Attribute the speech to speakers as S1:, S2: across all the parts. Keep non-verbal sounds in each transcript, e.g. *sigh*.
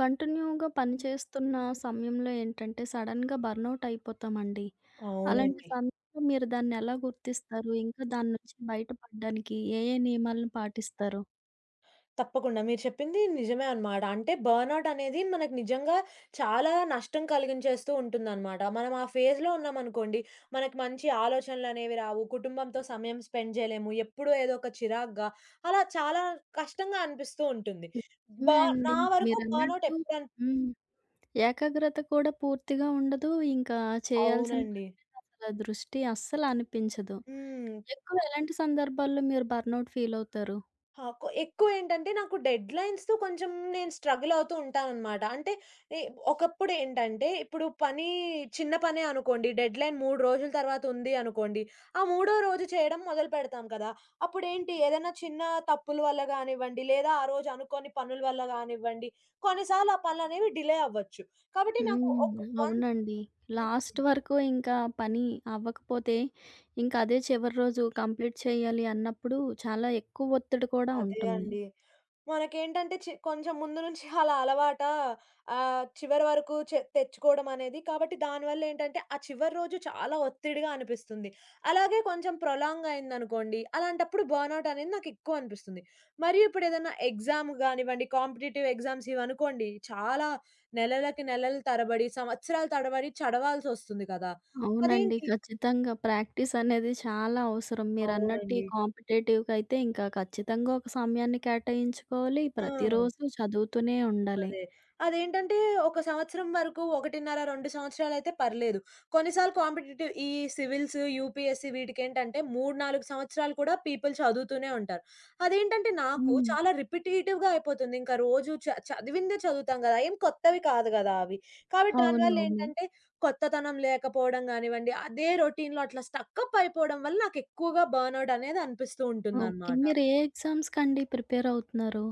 S1: కంటిన్యూ‌గా పని
S2: హుహు.
S1: చేస్తున్న సమయంలో ఏంటంటే, సడెన్‌గా బర్నౌట్ అయిపోతామండి. అలాంటి
S2: అవునండి.
S1: సమయంలో మీరు దాన్నెలా గుర్తిస్తారు? ఇంకా
S2: హ్మ్.
S1: దాని నుంచి బయటపడడానికి ఏ ఏ నియమాలను పాటిస్తారు?
S2: తప్పకుండా మీరు చెప్పింది నిజమే అన్నమాట. అంటే బర్న్‌ఔట్ అనేది మనకు నిజంగా చాలా నష్టం కలిగించేస్తూ ఉంటుందన్నమాట. మనం ఆ ఫేజ్‌లో ఉన్నామనుకోండి, మనకు మంచి ఆలోచనలనేవి రావు. కుటుంబంతో సమయం స్పెండ్ చేయలేము. ఎప్పుడూ ఏదో ఒక చిరాగ్గా అలా చాలా కష్టంగా అనిపిస్తూ ఉంటుంది. బ
S1: నిజమే అండి.
S2: నా వరకు బర్న్‌ఔట్
S1: మీరన్నట్టు హ్మ్. ఏకాగ్రత కూడా పూర్తిగా ఉండదు. ఇంకా చేయాల్సిన
S2: అవునండి.
S1: పని మీద అసల దృష్టి అస్సలు అనిపించదు.
S2: హ్మ్.
S1: ఎక్కువ ఎలాంటి సందర్భాల్లో మీరు బర్నౌట్ ఫీలవుతారు?
S2: ఆ! ఎక్కువేంటంటే నాకు డెడ్‌లైన్స్‌తో కొంచెం నేను స్ట్రగుల్ అవుతూ ఉంటాననమాట. అంటే ఎ ఒకప్పుడేంటంటే ఇప్పుడు పని చిన్న పనే అనుకోండి. డెడ్‌లైన్ 3 రోజుల తర్వాత ఉంది అనుకోండి. ఆ మూడో రోజు చేయడం మొదలుపెడతాం కదా! అప్పుడేంటి ఏదైనా చిన్న తప్పుల వల్ల గానివ్వండి, లేదా ఆ రోజు అనుకోని పనుల వల్ల గానివ్వండి, కొన్నిసార్లు ఆ పనులనేవి డిలే అవ్వచ్చు. కాబట్టి నాకు ఒక
S1: హ్మ్.
S2: వన్స్
S1: అవునండి.
S2: హ్మ్.
S1: లాస్ట్ వరకు ఇంకా పని అవ్వకపోతే, ఇంక అదే చివరి రోజు కంప్లీట్ చేయాలి అన్నప్పుడు చాలా ఎక్కువ ఒత్తిడి కూడా
S2: అదే
S1: ఉంటుంది.
S2: అండి. మనకేంటంటే కొంచెం ముందు నుంచి అలా అలవాటా ఆహ్, చివరి వరకు తెచ్చుకోవడం అనేది. కాబట్టి దానివల్లేంటంటే, ఆ చివరి రోజు చాలా ఒత్తిడిగా అనిపిస్తుంది. అలాగే కొంచెం ప్రొలాంగ్ అయిందనుకోండి, అలాంటప్పుడు బర్న్‌ఔట్ అనేది నాకెక్కువ అనిపిస్తుంది. మరియు ఇప్పుడేదన్నా ఎగ్జామ్ గానివ్వండి, కాంపిటీటివ్ ఎగ్జామ్స్ ఇవనుకోండి, చాలా నెలలకి నెలలు తరబడి, సంవత్సరాలు తడబడి చదవాల్సొస్తుంది కదా!
S1: అవునండి.
S2: అదేంటి
S1: ఖచ్చితంగా ప్రాక్టీస్ అనేది చాలా అవసరం. మీరన్నట్టు ఈ
S2: అవునండి.
S1: కాంపిటేటివ్‌గా అయితే ఇంకా ఖచ్చితంగా ఒక సమయాన్ని కేటాయించుకోవాలి.
S2: ఆ!
S1: ప్రతిరోజు చదువుతూనే ఉండాలి.
S2: అదే. అదేంటంటే ఒక సంవత్సరం వరకు 1.5, 2 సంవత్సరాలైతే పర్లేదు. కొన్నిసార్లు కాంపిటీటివ్ ఈ సివిల్స్, యూపీఎస్‌సి వీటికేంటంటే 3, 4 సంవత్సరాలు కూడా పీపుల్ చదువుతూనే ఉంటారు. అదేంటంటే నాకు
S1: హ్మ్.
S2: చాలా రిపిటీటివ్‌గా అయిపోతుంది. ఇంకా రోజు చదివిందే చదువుతాం గదా! ఏం కొత్తవి కాదు గదా అవి. కాబట్టి దానివల్ల
S1: అవునవును.
S2: ఏంటంటే కొత్తతనం లేకపోవడం గానివ్వండి, అదే రొటీన్‌లో అట్లా స్టకప్ అయిపోవడం వల్ల నాకెక్కువగా బర్న్‌ఔట్ అనేది అనిపిస్తూ
S1: ఓకే.
S2: ఉంటుందనమాట.
S1: మీరు ఏ ఎగ్జామ్స్‌కండి ప్రిపేర్ అవుతున్నారు?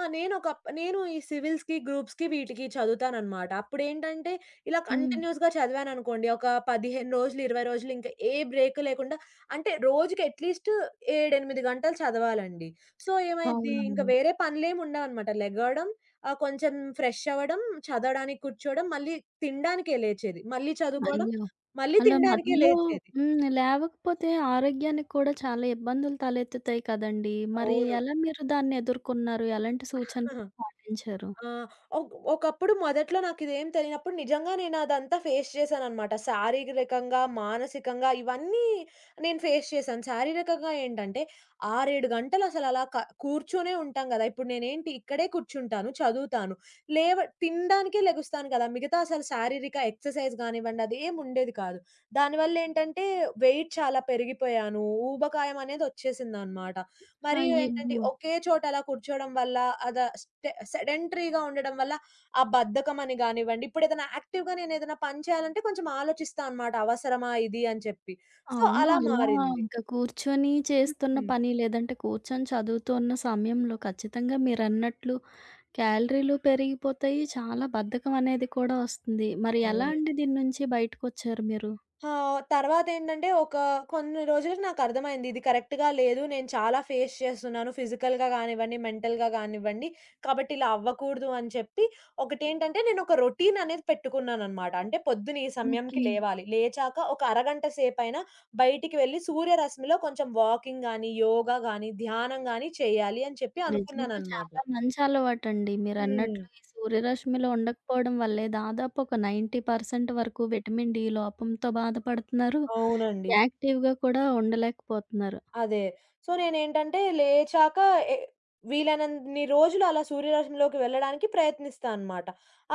S2: ఆ! నేను ఈ సివిల్స్‌కి, గ్రూప్స్‌కి వీటికి చదువుతాననమాట. అప్పుడేంటంటే, ఇలా హుహు.
S1: హ్మ్.
S2: కంటిన్యూస్‌గా చదివాననుకోండి, ఒక 15 రోజులు, 20 రోజులు ఇంక ఏ బ్రేక్ లేకుండా అంటే రోజుకి అట్‌లీస్ట్ 7, 8 గంటలు చదవాలండి. సో, ఏమైద్ది హ్మ్. ఇంక
S1: అవునవును.
S2: వేరే పనులేముండవనమాట. లెగవడం, ఆహ్, కొంచెం ఫ్రెష్ అవ్వడం, చదవడానికి కూర్చోవడం, మళ్ళీ తినడానికే లేచేది. మళ్ళీ చదువుకోవడం,
S1: అయ్యో!
S2: మళ్ళీ
S1: అలా
S2: తినడానికే
S1: మధ్యలో
S2: లేచేది.
S1: లేవకపోతే ఆరోగ్యానికి కూడా చాలా ఇబ్బందులు తలెత్తుతాయి కదండీ! మరి
S2: అవును.
S1: ఎలా మీరు దాన్ని ఎదుర్కొన్నారు? ఎలాంటి సూచనలు
S2: *laughs*
S1: పాటించారు?
S2: ఆ! ఒకప్పుడు మొదట్లో నాకిదేం తెలియనప్పుడు నిజంగా నేనదంతా ఫేస్ చేశాననమాట. శారీరకంగా, మానసికంగా ఇవన్నీ నేను ఫేస్ చేశాను. శారీరకంగా ఏంటంటే 6, 7 గంటలసలలా కూర్చొనే ఉంటాం గదా! ఇప్పుడు నేనేంటి ఇక్కడే కూర్చుంటాను, చదువుతాను. లేవ తినడానికే లెగుస్తాను కదా! మిగతా అసలు శారీరక ఎక్సర్‌సైజ్ గానివ్వండి అదేం ఉండేది కాదు. దానివల్లేంటంటే వెయిట్ చాలా పెరిగిపోయాను. ఊబకాయం అనేది వచ్చేసిందనమాట. మరియు ఏంటంటే
S1: అయ్యో!
S2: ఒకే చోట అలా కూర్చోవడం వల్ల అద స్టె సెడెంటరీగా ఉండడం వల్ల ఆ బద్ధకం అని గానివ్వండి, ఇప్పుడేదైనా యాక్టివ్‌గా నేనేదైనా పని చేయాలంటే కొంచెం ఆలోచిస్తా అనమాట. అవసరమా ఇది అని చెప్పి. సో,
S1: అవును.
S2: అలా
S1: అలా
S2: మారింది.
S1: ఇంకా కూర్చొని చేస్తున్న పని లేదంటే కూర్చొని చదువుతున్న సమయంలో ఖచ్చితంగా మీరన్నట్లు క్యాలరీలు పెరిగిపోతాయి. చాలా బద్ధకం అనేది కూడా వస్తుంది. మరి ఎలా
S2: హ్మ్.
S1: అండి దీని నుంచి బయటకొచ్చారు మీరు?
S2: ఆ! తర్వాతేంటంటే, ఒక కొన్ని రోజులకి నాకర్థమైంది. ఇది కరెక్ట్‌గా లేదు. నేను చాలా ఫేస్ చేస్తున్నాను. ఫిజికల్‌గా గానివ్వండి, మెంటల్‌గా గానివ్వండి. కాబట్టి ఇలా అవ్వకూడదు అని చెప్పి, ఒకటేంటంటే నేనొక రొటీన్ అనేది పెట్టుకున్నాననమాట. అంటే పొద్దున ఈ సమయంకి
S1: ఓకే.
S2: లేవాలి. లేచాక ఒక అరగంట సేపైనా బయటికి వెళ్లి సూర్యరశ్మిలో కొంచెం వాకింగ్ గాని, యోగా గాని, ధ్యానం గాని చేయాలి అని చెప్పి
S1: నిజంగా
S2: అనుకున్నాననమాట.
S1: చాలా మంచి అలవాటండి.
S2: హ్మ్.
S1: మీరన్నట్లు ఈ సూర్యరశ్మిలో ఉండకపోవడం వల్లే దాదాపు ఒక 90% వరకు విటమిన్ డి లోపంతో బాధపడుతున్నారు.
S2: అవునండి.
S1: యాక్టివ్‌గా కూడా ఉండలేకపోతున్నారు.
S2: అదే. సో, నేనేంటంటే లేచాక ఎ వీలైనన్ని రోజులు అలా సూర్యరశ్మిలోకి వెళ్ళడానికి ప్రయత్నిస్తా అనమాట.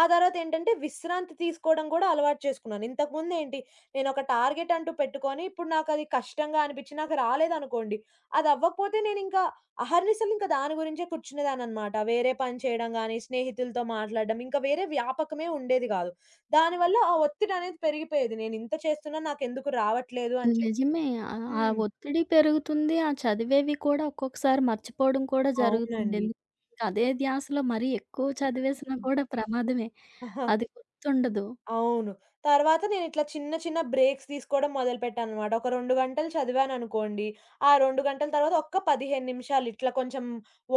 S2: ఆ తర్వాతేంటంటే విశ్రాంతి తీసుకోవడం గూడా అలవాటు చేసుకున్నాను. ఇంతకుముందేంటి నేనొక టార్గెట్ అంటూ పెట్టుకొని, ఇప్పుడు నాకది కష్టంగా అనిపిచ్చి నాకు రాలేదనుకోండి, అదవ్వకపోతే నేనింకా అహర్నిశలు ఇంక దాని గురించే కూర్చునేదాన్ననమాట. వేరే పని చేయడం గానీ, స్నేహితులతో మాట్లాడడం, ఇంకా వేరే వ్యాపకమే ఉండేది గాదు. దానివల్ల ఆ ఒత్తిడనేది పెరిగిపోయేది. నేనింత చేస్తున్నా నాకెందుకు రావట్లేదు అని చెప్పి.
S1: నిజమే. ఆ ఆ
S2: హ్మ్.
S1: ఒత్తిడి పెరుగుతుంది. ఆ చదివేవి కూడా ఒక్కొక్కసారి మర్చిపోవడం కూడా జరుగుతుంది.
S2: అవునండి.
S1: ఎందుకంటే ఇంకా అదే ధ్యాసలో మరీ ఎక్కువ
S2: *laughs*
S1: చదివేసినా
S2: హ్మ్.
S1: కూడా ప్రమాదమే.
S2: ఆహా!
S1: అది గుర్తుండదు.
S2: అవును. తర్వాత నేనిట్లా చిన్న చిన్న బ్రేక్స్ తీసుకోవడం మొదలుపెట్టాననమాట. ఒక 2 గంటలు చదివాననుకోండి, ఆ 2 గంటల తర్వాత ఒక్క 15 నిమిషాలు ఇట్లా కొంచెం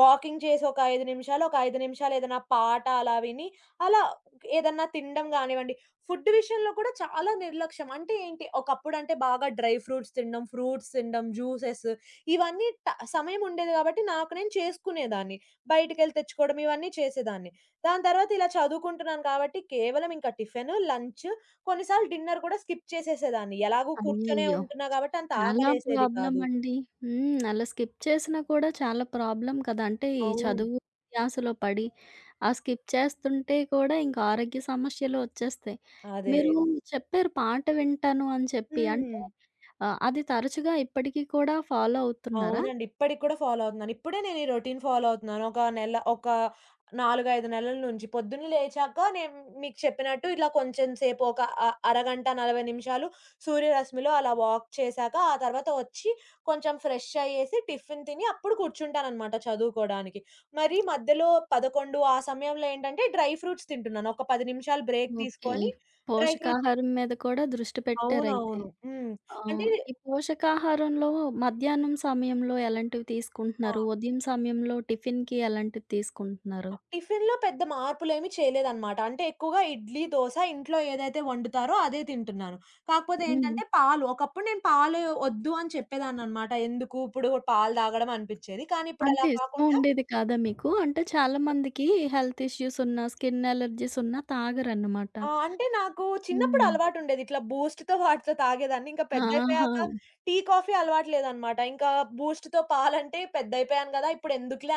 S2: వాకింగ్ చేసి ఒక 5 నిమిషాలు, ఒక 5 నిమిషాలు ఏదైనా పాట అలా విని, అలా ఏదన్నా తినడం గానివ్వండి. ఫుడ్ విషయంలో కూడా చాలా నిర్లక్ష్యం. అంటే ఏంటి, ఒకప్పుడంటే బాగా డ్రై ఫ్రూట్స్ తినడం, ఫ్రూట్స్ తినడం, జ్యూసెస్ ఇవన్నీ సమయం ఉండేది కాబట్టి నాకు నేను చేసుకునేదాన్ని. బయటికెళ్ళి తెచ్చుకోవడం ఇవన్నీ చేసేదాన్ని. దాని తర్వాత ఇలా చదువుకుంటున్నాను కాబట్టి కేవలం ఇంకా టిఫిను, లంచ్ కొన్నిసార్లు డిన్నర్ కూడా స్కిప్ చేసేసేదాన్ని. ఎలాగో కూర్చొనే
S1: అయ్యయ్యో!
S2: ఉంటున్నా కాబట్టి అంత
S1: చాలా
S2: ఆకలేసేది కాదు.
S1: ప్రాబ్లమండి. హ్మ్. అలా స్కిప్ చేసినా కూడా చాలా ప్రాబ్లమ్ కదా! అంటే ఈ
S2: అవును.
S1: చదువు ధ్యాసలో పడి, ఆ స్కిప్ చేస్తుంటే కూడా ఇంకా ఆరోగ్య సమస్యలు వచ్చేస్తాయి.
S2: అదే.
S1: మీరు చెప్పారు పాట వింటాను అని చెప్పి.
S2: హ్మ్.
S1: అంటే అది తరచుగా ఇప్పటికి కూడా ఫాలో అవుతున్నారా?
S2: అవునండి. ఇప్పటికి కూడా ఫాలో అవుతున్నాను. ఇప్పుడే నేను ఈ రొటీన్ ఫాలో అవుతున్నాను. ఒక నెల ఒక 4, 5 నెలల నుంచి. పొద్దున్న లేచాక నేను మీకు చెప్పినట్టు ఇలా కొంచెం సేపు ఒక అరగంట, 40 నిమిషాలు సూర్యరశ్మిలో అలా వాక్ చేశాక, ఆ తర్వాత వచ్చి కొంచెం ఫ్రెష్ అయ్యేసి టిఫిన్ తిని అప్పుడు కూర్చుంటాననమాట చదువుకోడానికి. మరి మధ్యలో 11 ఆ సమయంలో ఏంటంటే డ్రై ఫ్రూట్స్ తింటున్నాను. ఒక 10 నిమిషాలు బ్రేక్
S1: ఓకే.
S2: తీసుకొని డ్రై ఫ్రూట్స్
S1: పోషకాహారం మీద కూడా దృష్టి పెట్టారయితే.
S2: అవునవును. హ్మ్.
S1: ఆ!
S2: అంటే
S1: ఈ పోషకాహారంలో మధ్యాహ్నం సమయంలో ఎలాంటివి
S2: ఆ!
S1: తీసుకుంటున్నారు? ఉదయం సమయంలో టిఫిన్‌కి ఎలాంటివి తీసుకుంటున్నారు?
S2: టిఫిన్‌లో పెద్ద మార్పులేమి చేయలేదనమాట. అంటే ఎక్కువగా ఇడ్లీ, దోస ఇంట్లో ఏదైతే వండుతారో అదే తింటున్నాను. కాకపోతే హ్మ్.
S1: హ్మ్.
S2: ఏంటంటే పాలు. ఒకప్పుడు నేను పాలు ఒద్దు అని చెప్పేదాన్ననమాట. ఎందుకు ఇప్పుడు పాలు తాగడం అనిపిచ్చేది. కానీ ఇప్పుడు అలా
S1: అంటే ఇష్టం
S2: కాకుండా
S1: ఉండేది కాదా మీకు? అంటే చాలా మందికి హెల్త్ ఇష్యూస్ ఉన్న, స్కిన్ అలర్జీస్ ఉన్న తాగరన్నమాట.
S2: ఆ! అంటే నాకు చిన్నప్పుడు
S1: హ్మ్.
S2: అలవాటుండేది. ఇట్లా బూస్ట్‌తో వాటితో తాగేదాన్ని. ఇంకా
S1: ఆహా!
S2: పెద్దయిపోయాక టీ, కాఫీ అలవాటు లేదనమాట. ఇంకా బూస్ట్‌తో పాలంటే పెద్దయిపోయాను గదా! ఇప్పుడెందుకులే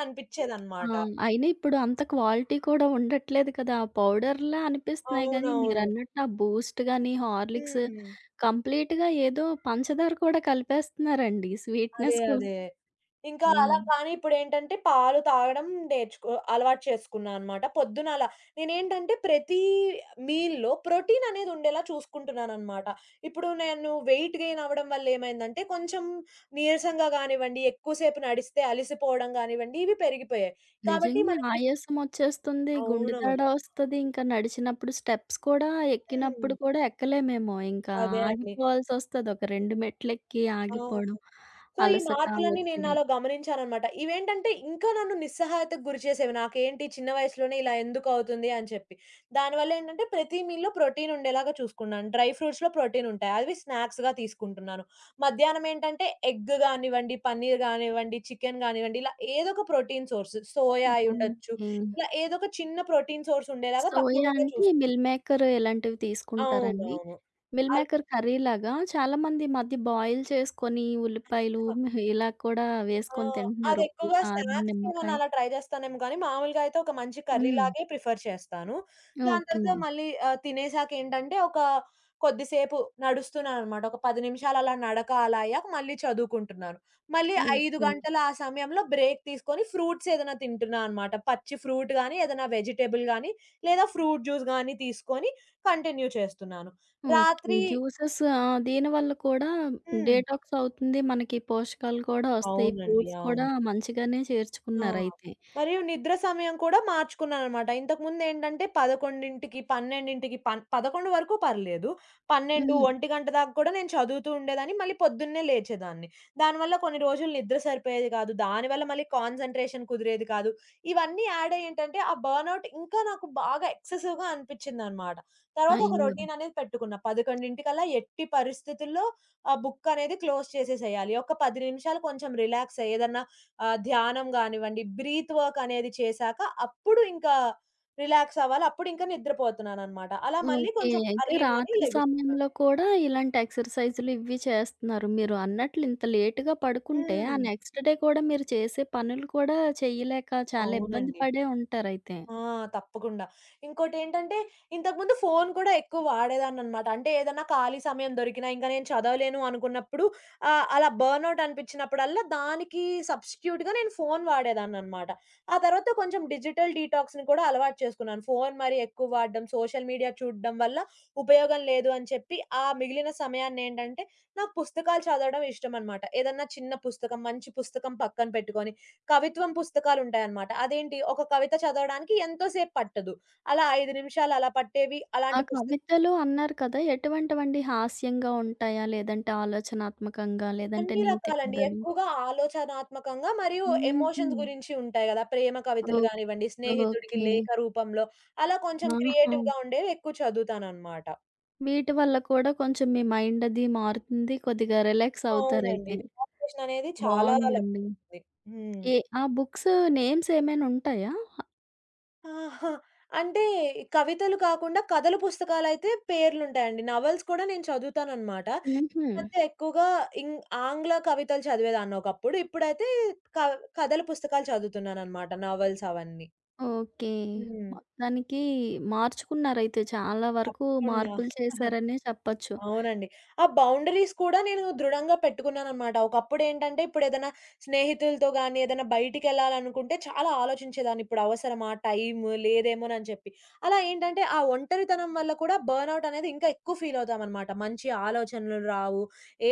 S1: ఆ!
S2: అనిపిచ్చేదనమాట. హ్మ్.
S1: అయినా ఇప్పుడు అంత క్వాలిటీ కూడా ఉండట్లేదు కదా! ఆ పౌడర్‌లా అనిపిస్తున్నాయి గానీ,
S2: అవునవును.
S1: మీరన్నట్టు ఆ బూస్ట్ గాని, హార్లిక్స్
S2: హ్మ్.
S1: కంప్లీట్‌గా ఏదో పంచదార కూడా కలిపేస్తున్నారండి
S2: అదే.
S1: స్వీట్‌నెస్
S2: అదే.
S1: కోసం.
S2: ఇంకా అలా
S1: హ్మ్.
S2: కానీ ఇప్పుడేంటంటే పాలు తాగడం అలవాటు చేసుకున్నా అనమాట. పొద్దున అలా నేనేంటంటే ప్రతి మీల్‌లో ప్రోటీన్ అనేది ఉండేలా చూసుకుంటున్నాననమాట. ఇప్పుడు నేను వెయిట్ గెయిన్ అవ్వడం వల్ల ఏమైందంటే కొంచెం నీరసంగా గానివ్వండి, ఎక్కువసేపు నడిస్తే అలిసిపోవడం గానివ్వండి, ఇవి పెరిగిపోయాయి. కాబట్టి
S1: నిజంగా
S2: మనకి
S1: ఆయాసం ఒచ్చేస్తుంది. గుండె దడ
S2: అవునవును.
S1: ఒస్తది. ఇంకా నడిచినప్పుడు స్టెప్స్ కూడా
S2: హ్మ్.
S1: ఎక్కినప్పుడు కూడా ఎక్కలేమేమో. ఇంకా
S2: అదే అండి.
S1: ఆగిపోవాల్సొస్తది. ఒక 2 మెట్లెక్కి
S2: అవును.
S1: ఆగిపోవడం.
S2: సో, ఈ
S1: అలసట,
S2: మార్పులన్నీ నేను
S1: ఒత్తిడి.
S2: నాలో గమనించాననమాట. ఇవేంటంటే ఇంకా నన్ను నిస్సహాయతకు గురి చేసేవి. నాకేంటి చిన్న వయసులోనే ఇలా ఎందుకవుతుంది అని చెప్పి. దానివల్లేంటంటే ప్రతి మీల్‌లో ప్రోటీన్ ఉండేలాగా చూసుకున్నాను. డ్రై ఫ్రూట్స్‌లో ప్రోటీన్ ఉంటాయి. అవి స్నాక్స్‌గా తీసుకుంటున్నాను. మధ్యాహ్నం ఏంటంటే ఎగ్ గానివ్వండి, పన్నీర్ గానివ్వండి, చికెన్ గానివ్వండి ఇలా ఏదో ఒక ప్రోటీన్ సోర్స్ సోయా హ్మ్. అయ్యుండొచ్చు.
S1: ఓకే.
S2: ఇలా ఏదో ఒక చిన్న ప్రోటీన్ సోర్స్ ఉండేలాగా
S1: సోయా
S2: తప్పకుండా
S1: అంటే
S2: చూసుకుంటున్నాను.
S1: మిల్ మేకర్ ఇలాంటివి తీసుకుంటారండి?
S2: అవునవును.
S1: మిల్ మేకర్ కర్రీలాగా చాలామంది ఈ మధ్య బాయిల్ చేసుకొని ఉల్లిపాయలు
S2: అల్
S1: మెహ్ ఇలా కూడా
S2: ఆ!
S1: వేసుకొని తింటున్నారు. ఉప్పు,
S2: అదెక్కువగా
S1: కారం,
S2: స్నాక్స్‌కేమన్నా
S1: నిమ్మకాయ.
S2: అలా ట్రై చేస్తానేమో గానీ, మామూలుగా అయితే ఒక మంచి కర్రీ
S1: హ్మ్.
S2: లాగే ప్రిఫర్ చేస్తాను. దాని
S1: ఓకే.
S2: తర్వాత మళ్ళీ ఆహ్, తినేసాకేంటంటే, ఒక కొద్దిసేపు నడుస్తున్నాననమాట. ఒక 10 నిమిషాలు అలా నడక అలా అయ్యాక మళ్ళీ చదువుకుంటున్నాను. మళ్ళీ 5
S1: ఓకే.
S2: గంటల ఆ సమయంలో బ్రేక్ తీసుకొని ఫ్రూట్స్ ఏదైనా తింటున్నా అనమాట. పచ్చి ఫ్రూట్ గానీ, ఏదైనా వెజిటబుల్ గానీ, లేదా ఫ్రూట్ జ్యూస్ గానీ తీసుకొని కంటిన్యూ చేస్తున్నాను.
S1: ఓకే.
S2: రాత్రి
S1: జ్యూసెస్ ఆ! దీనివల్ల కూడా
S2: హ్మ్.
S1: డీటాక్స్ అవుతుంది. మనకి పోషకాలు కూడా వస్తాయి.
S2: అవునండి.
S1: ఫ్రూట్స్ కూడా
S2: అవును.
S1: మంచిగానే
S2: ఆ!
S1: చేర్చుకున్నారైతే.
S2: మరియు నిద్ర సమయం కూడా మార్చుకున్నాననమాట. ఇంతకుముందేంటంటే 11కి, 12కి 11 వరకు పర్లేదు. 12,
S1: హ్మ్.
S2: 1 దాకా కూడా నేను చదువుతూ ఉండేదాన్ని. మళ్ళీ పొద్దున్నే లేచేదాన్ని. దానివల్ల కొన్ని రోజులు నిద్ర సరిపోయేది కాదు. దానివల్ల మళ్ళీ కాన్సంట్రేషన్ కుదిరేది కాదు. ఇవన్నీ యాడ్ అయ్యి ఏంటంటే ఆ బర్న్‌ఔట్ ఇంకా నాకు బాగా ఎక్సెసివ్‌గా అనిపించిందనమాట. తర్వాత ఒక
S1: అయ్యో!
S2: రొటీన్ అనేది పెట్టుకున్నా. 11ంటికల్లా ఎట్టి పరిస్థితుల్లో ఆ బుక్ అనేది క్లోజ్ చేసేసేయాలి. ఒక 10 నిమిషాలు కొంచెం రిలాక్స్ అయ్యి ఏదన్నా ఆహ్, ధ్యానం గానివ్వండి, బ్రీత్ వర్క్ అనేది చేశాక అప్పుడు ఇంకా రిలాక్స్ అవ్వాలి. అప్పుడింకా నిద్రపోతున్నాననమాట. అలా మళ్ళీ
S1: ఓకే.
S2: కొంచెం
S1: అయితే
S2: ఎర్లీ మార్నింగ్
S1: రాత్రి సమయంలో కూడా ఇలాంటి ఎక్సర్‌సైజులు ఇవి చేస్తున్నారు. మీరు అన్నట్లు ఇంత లేట్‌గా పడుకుంటే ఆ
S2: హ్మ్.
S1: నెక్స్ట్ డే కూడా మీరు చేసే పనులు కూడా చేయలేక చాలా ఇబ్బంది
S2: అవునండి.
S1: పడే ఉంటారైతే.
S2: ఆ! తప్పకుండా. ఇంకోటేంటంటే, ఇంతకుముందు ఫోను కూడా ఎక్కువ వాడేదాన్ననమాట. అంటే, ఏదన్నా ఖాళీ సమయం దొరికినా, ఇంక నేను చదవలేను అనుకున్నప్పుడు, ఆహ్, అలా బర్న్‌ఔట్ అనిపిచ్చినప్పుడల్లా, దానికి సబ్‌స్టిట్యూట్‌గా నేను ఫోను వాడేదాన్ననమాట. ఆ తర్వాత కొంచెం డిజిటల్ డీటాక్స్‌ని కూడా అలవాటు చేసుకున్నాను. ఫోను మరి ఎక్కువ వాడడం, సోషల్ మీడియా చూడడం వల్ల ఉపయోగం లేదు అని చెప్పి, ఆ మిగిలిన సమయాన్నేంటంటే, నాకు పుస్తకాలు చదవడం ఇష్టమనమాట. ఏదన్నా చిన్న పుస్తకం, మంచి పుస్తకం పక్కన పెట్టుకొని, కవిత్వం పుస్తకాలుంటాయనమాట. అదేంటి ఒక కవిత చదవడానికి ఎంతో సేపు పట్టదు. అలా 5 నిమిషాలు అలా పట్టేవి
S1: ఆ
S2: అలాంటి పుస్తకాలు
S1: కవితలు అన్నారు కదా! ఎటువంటివండి? హాస్యంగా ఉంటాయా? లేదంటే ఆలోచనాత్మకంగా? లేదంటే
S2: అన్ని
S1: నీతి
S2: రకాలండి.
S1: కథలు?
S2: ఎక్కువగా ఆలోచనాత్మకంగా మరియు
S1: హుహు.
S2: ఎమోషన్స్ గురించి ఉంటాయి గదా! ప్రేమ కవితలు
S1: ఓక్
S2: గానివ్వండి, స్నేహితుడికి
S1: ఓకే.
S2: లేఖ రూపంలో అలా కొంచెం
S1: ఆహా!
S2: క్రియేటివ్‌గా ఉండేవి ఎక్కువ చదువుతాననమాట.
S1: వీటి వల్ల కూడా కొంచెం మీ మైండ్ అది మారుతుంది. కొద్దిగా రిలాక్స్
S2: అవునండి.
S1: అవుతారయితే.
S2: రిలాక్సేషన్ అనేది చాలా
S1: బావుందండి.
S2: లభిస్తుంది. హ్మ్.
S1: ఆ బుక్స్ నేమ్స్ ఏమైనా ఉంటాయా?
S2: ఆహా! అంటే కవితలు కాకుండా కథల పుస్తకాలైతే పేర్లుంటాయండి. నవెల్స్ కూడా నేను చదువుతాననమాట. హ్మ్.
S1: హుహు.
S2: ఈ మధ్య ఎక్కువగా ఇంగ్ ఆంగ్ల కవితలు చదివేదాన్ని ఒకప్పుడు. ఇప్పుడైతే క కథల పుస్తకాలు చదువుతున్నాననమాట. నవెల్స్ అవన్నీ.
S1: ఓకే.
S2: హ్మ్.
S1: మొత్తానికి మార్చుకున్నారయితే చాలా వరకు
S2: తప్పకుండా.
S1: మార్పులు చేశారనే చెప్పొచ్చు.
S2: అవునండి. ఆ బౌండరీస్ కూడా నేను దృఢంగా పెట్టుకున్నాననమాట. ఒకప్పుడేంటంటే, ఇప్పుడేదైనా స్నేహితులతో గానీ, ఏదైనా బయటికెళ్ళాలనుకుంటే చాలా ఆలోచించేదాన్ని. ఇప్పుడవసరమా టైమ్? లేదేమోనని చెప్పి. అలా ఏంటంటే, ఆ ఒంటరితనం వల్ల కూడా బర్న్‌ఔట్ అనేది ఇంకా ఎక్కువ ఫీలవుతామనమాట. మంచి ఆలోచనలు రావు.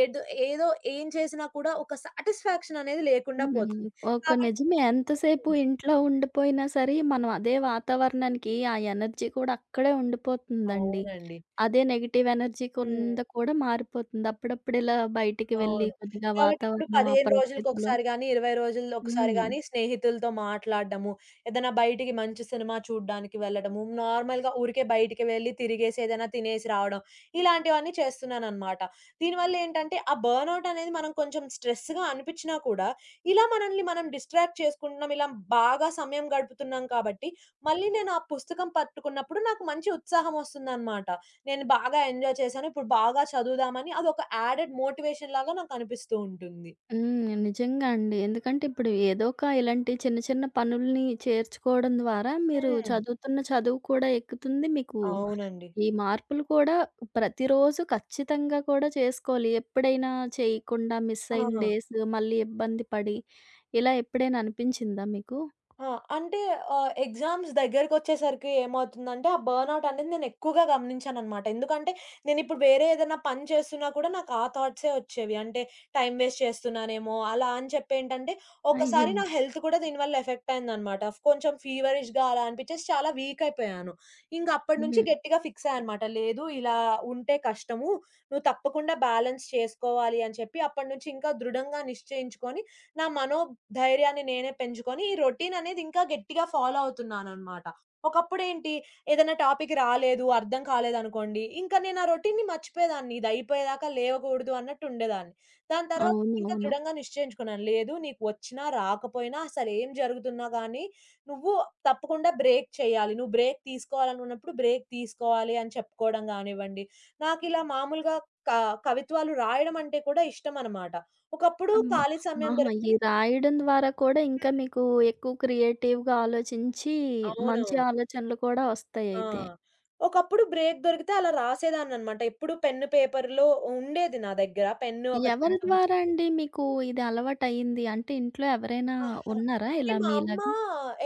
S2: ఏదో ఏదో ఏం చేసినా కూడా ఒక సాటిస్ఫాక్షన్ అనేది లేకుండా
S1: హ్మ్.
S2: పోతుంది.
S1: ఒక
S2: కాబట్టి
S1: నిజమే. ఎంతసేపు
S2: హ్మ్.
S1: ఇంట్లో ఉండిపోయినా సరే, మనం అదే వాతావరణానికి ఆ ఎనర్జీ కూడా అక్కడే ఉండిపోతుందండి.
S2: అవునండి.
S1: అదే నెగెటివ్ ఎనర్జీ
S2: హ్మ్.
S1: కింద కూడా మారిపోతుంది. అప్పుడప్పుడిలా బయటికి వెళ్ళి
S2: అవును.
S1: కొద్దిగా
S2: కాబట్టి ఇప్పుడు
S1: వాతావరణం, ఆ
S2: 15
S1: ప్రకృతిలో
S2: రోజులకొకసారి గాని, 20 రోజుల్లో ఒకసారి
S1: హ్మ్.
S2: గాని స్నేహితులతో మాట్లాడడము, ఏదైనా బయటికి మంచి సినిమా చూడ్డానికి వెళ్ళడము, నార్మల్‌గా ఊరికే బయటికి వెళ్లి తిరిగేసి ఏదైనా తినేసి రావడం, ఇలాంటివన్నీ చేస్తున్నాననమాట. దీనివల్ల ఏంటంటే ఆ బర్న్‌ఔట్ అనేది మనం కొంచెం స్ట్రెస్‌గా అనిపిచ్చినా కూడా, ఇలా మనల్ని మనం డిస్ట్రాక్ట్ చేసుకుంటున్నాం, ఇలా బాగా సమయం గడుపుతున్నాం కాబట్టి, మళ్ళీ నేను ఆ పుస్తకం పట్టుకున్నప్పుడు నాకు మంచి ఉత్సాహం వస్తుందనమాట. నేను బాగా ఎంజాయ్ చేశాను. ఇప్పుడు బాగా చదువుదామని అదొక యాడెడ్ మోటివేషన్ లాగా నాకనిపిస్తూ ఉంటుంది.
S1: హ్మ్. నిజంగా అండి. ఎందుకంటే ఇప్పుడు ఏదో ఒక ఇలాంటి చిన్న చిన్న పనుల్ని చేర్చుకోవడం ద్వారా మీరు
S2: హ్మ్.
S1: చదువుతున్న చదువు కూడా ఎక్కుతుంది. మీకు
S2: అవునండి.
S1: ఈ మార్పులు కూడా ప్రతిరోజు ఖచ్చితంగా కూడా చేసుకోవాలి. ఎప్పుడైనా చేయకుండా మిస్ అయిన
S2: ఆ!
S1: డేస్ మళ్ళీ ఇబ్బంది పడి ఇలా ఎప్పుడైనా అనిపించిందా మీకు?
S2: ఆ! అంటే ఆహ్, ఎగ్జామ్స్ దగ్గరకొచ్చేసరికి ఏమవుతుందంటే, ఆ బర్న్‌ఔట్ అనేది నేనెక్కువగా గమనించాననమాట. ఎందుకంటే, నేనిప్పుడు వేరే ఏదైనా పని చేస్తున్నా కూడా నాకు ఆ థాట్సే వచ్చేవి. అంటే, టైం వేస్ట్ చేస్తున్నానేమో, అలా అని చెప్పేంటంటే,
S1: అయ్యో!
S2: ఒకసారి హుహు. నా హెల్త్ కూడా దీనివల్ల ఎఫెక్ట్ అయిందనమాట. కొంచెం ఫీవరిష్‌గా అలా అనిపిచ్చేసి చాలా వీక్ అయిపోయాను. ఇంక అప్పటి నుంచి
S1: హ్మ్.
S2: గట్టిగా ఫిక్స్ అయ్యా అనమాట. లేదు, ఇలా ఉంటే కష్టము. నువ్వు తప్పకుండా బ్యాలెన్స్ చేసుకోవాలి అని చెప్పి, అప్పటి నుంచి ఇంకా దృఢంగా నిశ్చయించుకొని నా మనోధైర్యాన్ని నేనే పెంచుకొని ఈ రొటీన్ అనేది ఇంకా గట్టిగా ఫాలో అవుతున్నాననమాట. ఒకప్పుడేంటి ఏదైనా టాపిక్ రాలేదు, అర్థం కాలేదనుకోండి, ఇంకా నేను ఆ రొటీన్‌ని మర్చిపోయేదాన్ని. ఇది అయిపోయేదాకా లేవకూడదు అన్నట్టు ఉండేదాన్ని. దాని తర్వాత ఇంకా
S1: అవునవును.
S2: దృఢంగా నిశ్చయించుకున్నాను. లేదు నీకు వచ్చినా, రాకపోయినా అసలేం జరుగుతున్నా గానీ నువ్వు తప్పకుండా బ్రేక్ చేయాలి. నువ్వు బ్రేక్ తీసుకోవాలనుకున్నప్పుడు బ్రేక్ తీసుకోవాలి అని చెప్పుకోవడం గానివ్వండి, నాకిలా మామూలుగా క కవిత్వాలు రాయడం అంటే కూడా ఇష్టమనమాట. ఒకప్పుడు హ్మ్.
S1: అమ్మ!
S2: ఖాళీ సమయం
S1: ఆహా! ఈ
S2: దొరికితే
S1: రాయడం ద్వారా కూడా ఇంకా
S2: హ్మ్.
S1: మీకు ఎక్కువ క్రియేటివ్‌గా ఆలోచించి, మంచి
S2: అవునవును.
S1: ఆలోచనలు కూడా
S2: ఆ!
S1: వస్తాయయితే.
S2: ఒకప్పుడు బ్రేక్ దొరికితే అలా రాసేదాన్ననమాట. ఎప్పుడు పెన్ను, పేపర్‌లో ఉండేది నా దగ్గర. పెన్ను ఒక
S1: ఎవరి
S2: చిన్న బుక్.
S1: ద్వారా అండి మీకు ఇది అలవాటయింది? అంటే ఇంట్లో ఎవరైనా ఉన్నారా
S2: అంటే
S1: ఇలా
S2: మా అమ్మ
S1: మీలాగా?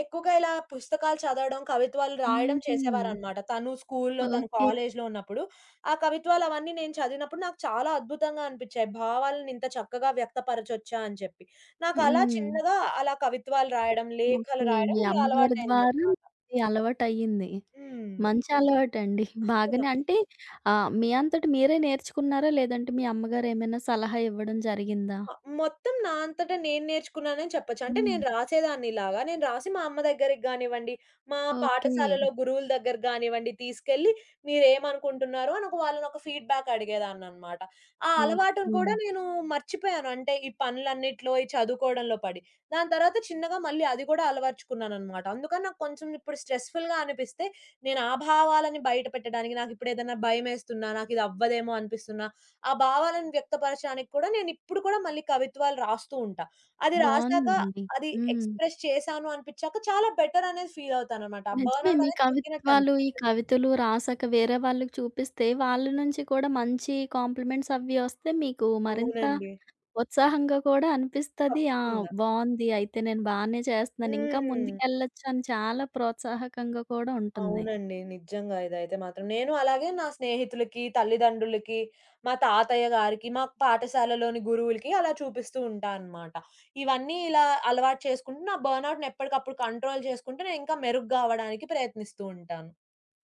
S2: ఎక్కువగా ఇలా పుస్తకాలు చదవడం, కవిత్వాలు రాయడం
S1: హుహు.
S2: చేసేవారనమాట. తను స్కూలులో, తను హ్మ్.
S1: ఓకే.
S2: కాలేజీలో ఉన్నప్పుడు. ఆ కవిత్వాలు అవన్నీ నేను చదివినప్పుడు నాకు చాలా అద్భుతంగా అనిపిచ్చాయి. భావాలను ఇంత చక్కగా వ్యక్తపరచొచ్చా అని చెప్పి. నాకు అలా
S1: హ్మ్.
S2: చిన్నగా అలా కవిత్వాలు రాయడం, లేఖలు
S1: ఓకే.
S2: రాయడం
S1: మీ
S2: ఇలా
S1: అమ్మగారి ద్వారా
S2: అలవాటయిందనమాట.
S1: ఇది అలవాటయింది.
S2: హ్మ్.
S1: మంచి అలవాటండి. బాగానే అంటే మీ అంతట మీరే నేర్చుకున్నారా? లేదంటే మీ అమ్మగారేమైనా సలహా ఇవ్వడం జరిగిందా?
S2: ఆ! మొత్తం నా అంతట నేను నేర్చుకున్నానని చెప్పొచ్చు. అంటే
S1: హ్మ్.
S2: నేను రాసేదాన్నిలాగా, నేను రాసి మా అమ్మ దగ్గరికి గానివ్వండి, మా
S1: ఓకే.
S2: పాఠశాలలో గురువుల దగ్గరికి గానివ్వండి తీసుకెళ్ళి, మీరేమనుకుంటున్నారు అని వాళ్ళని ఒక ఫీడ్‌బ్యాక్ అడిగేదాన్ననమాట. ఆ అలవాటును ఓకే.
S1: ఓకే.
S2: కూడా నేను మర్చిపోయాను. అంటే ఈ పనులన్నిట్లో, ఈ చదువుకోవడంలో పడి. దాని తర్వాత చిన్నగా మళ్ళీ అది కూడా అలవర్చుకున్నాననమాట. అందుకని నాకు కొంచెం ఇప్పుడు స్ట్రెస్‌ఫుల్‌గా అనిపిస్తే, నేను ఆ భావాలని బయట పెట్టడానికి, నాకిప్పుడేదైనా భయమేస్తున్నా, నాకిది అవ్వదేమో అనిపిస్తున్నా, ఆ భావాలను వ్యక్తపరచడానికి కూడా నేనిప్పుడు కూడా మళ్ళీ కవిత్వాలు రాస్తూ ఉంటా. అది రాసాక
S1: బావుందండి.
S2: అది
S1: హ్మ్.
S2: ఎక్స్‌ప్రెస్ చేశాను అనిపిచ్చాక చాలా బెటర్ అనేది ఫీల్ అవుతాననమాట. ఆ
S1: నిజమే.
S2: బర్న్‌ఔట్
S1: మీ
S2: అనేది తగ్గినట్టు
S1: కవిత్వాలు, ఈ
S2: అనిపిస్తది.
S1: కవితలు రాసాక వేరే వాళ్ళకి చూపిస్తే వాళ్ళ నుంచి కూడా మంచి కాంప్లిమెంట్స్ అవి వస్తే మీకు మరింత
S2: అవునండి.
S1: ఉత్సాహంగా కూడా అనిపిస్తది. ఆ!
S2: తప్పకుండా.
S1: బావుంది అయితే నేను బానే చేస్తున్నాను. ఇంకా
S2: హ్మ్.
S1: ముందుకెళ్ళొచ్చు అని చాలా ప్రోత్సాహకంగా కూడా ఉంటుంది.
S2: అవునండి. నిజంగా ఇదైతే మాత్రం. నేను అలాగే నా స్నేహితులకి, తల్లిదండ్రులకి, మా తాతయ్య గారికి, మా పాఠశాలలోని గురువులకి అలా చూపిస్తూ ఉంటా అనమాట. ఇవన్నీ ఇలా అలవాటు చేసుకుంటూ నా బర్న్‌ఔట్‌ని ఎప్పటికప్పుడు కంట్రోల్ చేసుకుంటూ నేనింకా మెరుగ్గా అవ్వడానికి ప్రయత్నిస్తూ ఉంటాను.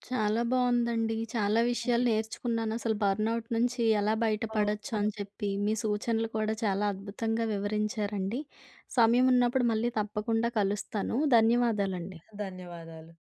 S1: చాలా బావుందండి. చాలా విషయాలు నేర్చుకున్నానసలు బర్న్‌ఔట్ నుంచి ఎలా
S2: ఓహ్!
S1: బయటపడొచ్చు
S2: *laughs*
S1: అని చెప్పి, మీ సూచనలు కూడా చాలా అద్భుతంగా వివరించారండి. సమయం ఉన్నప్పుడు మళ్ళీ తప్పకుండా కలుస్తాను. ధన్యవాదాలండి.
S2: ధన్యవాదాలు.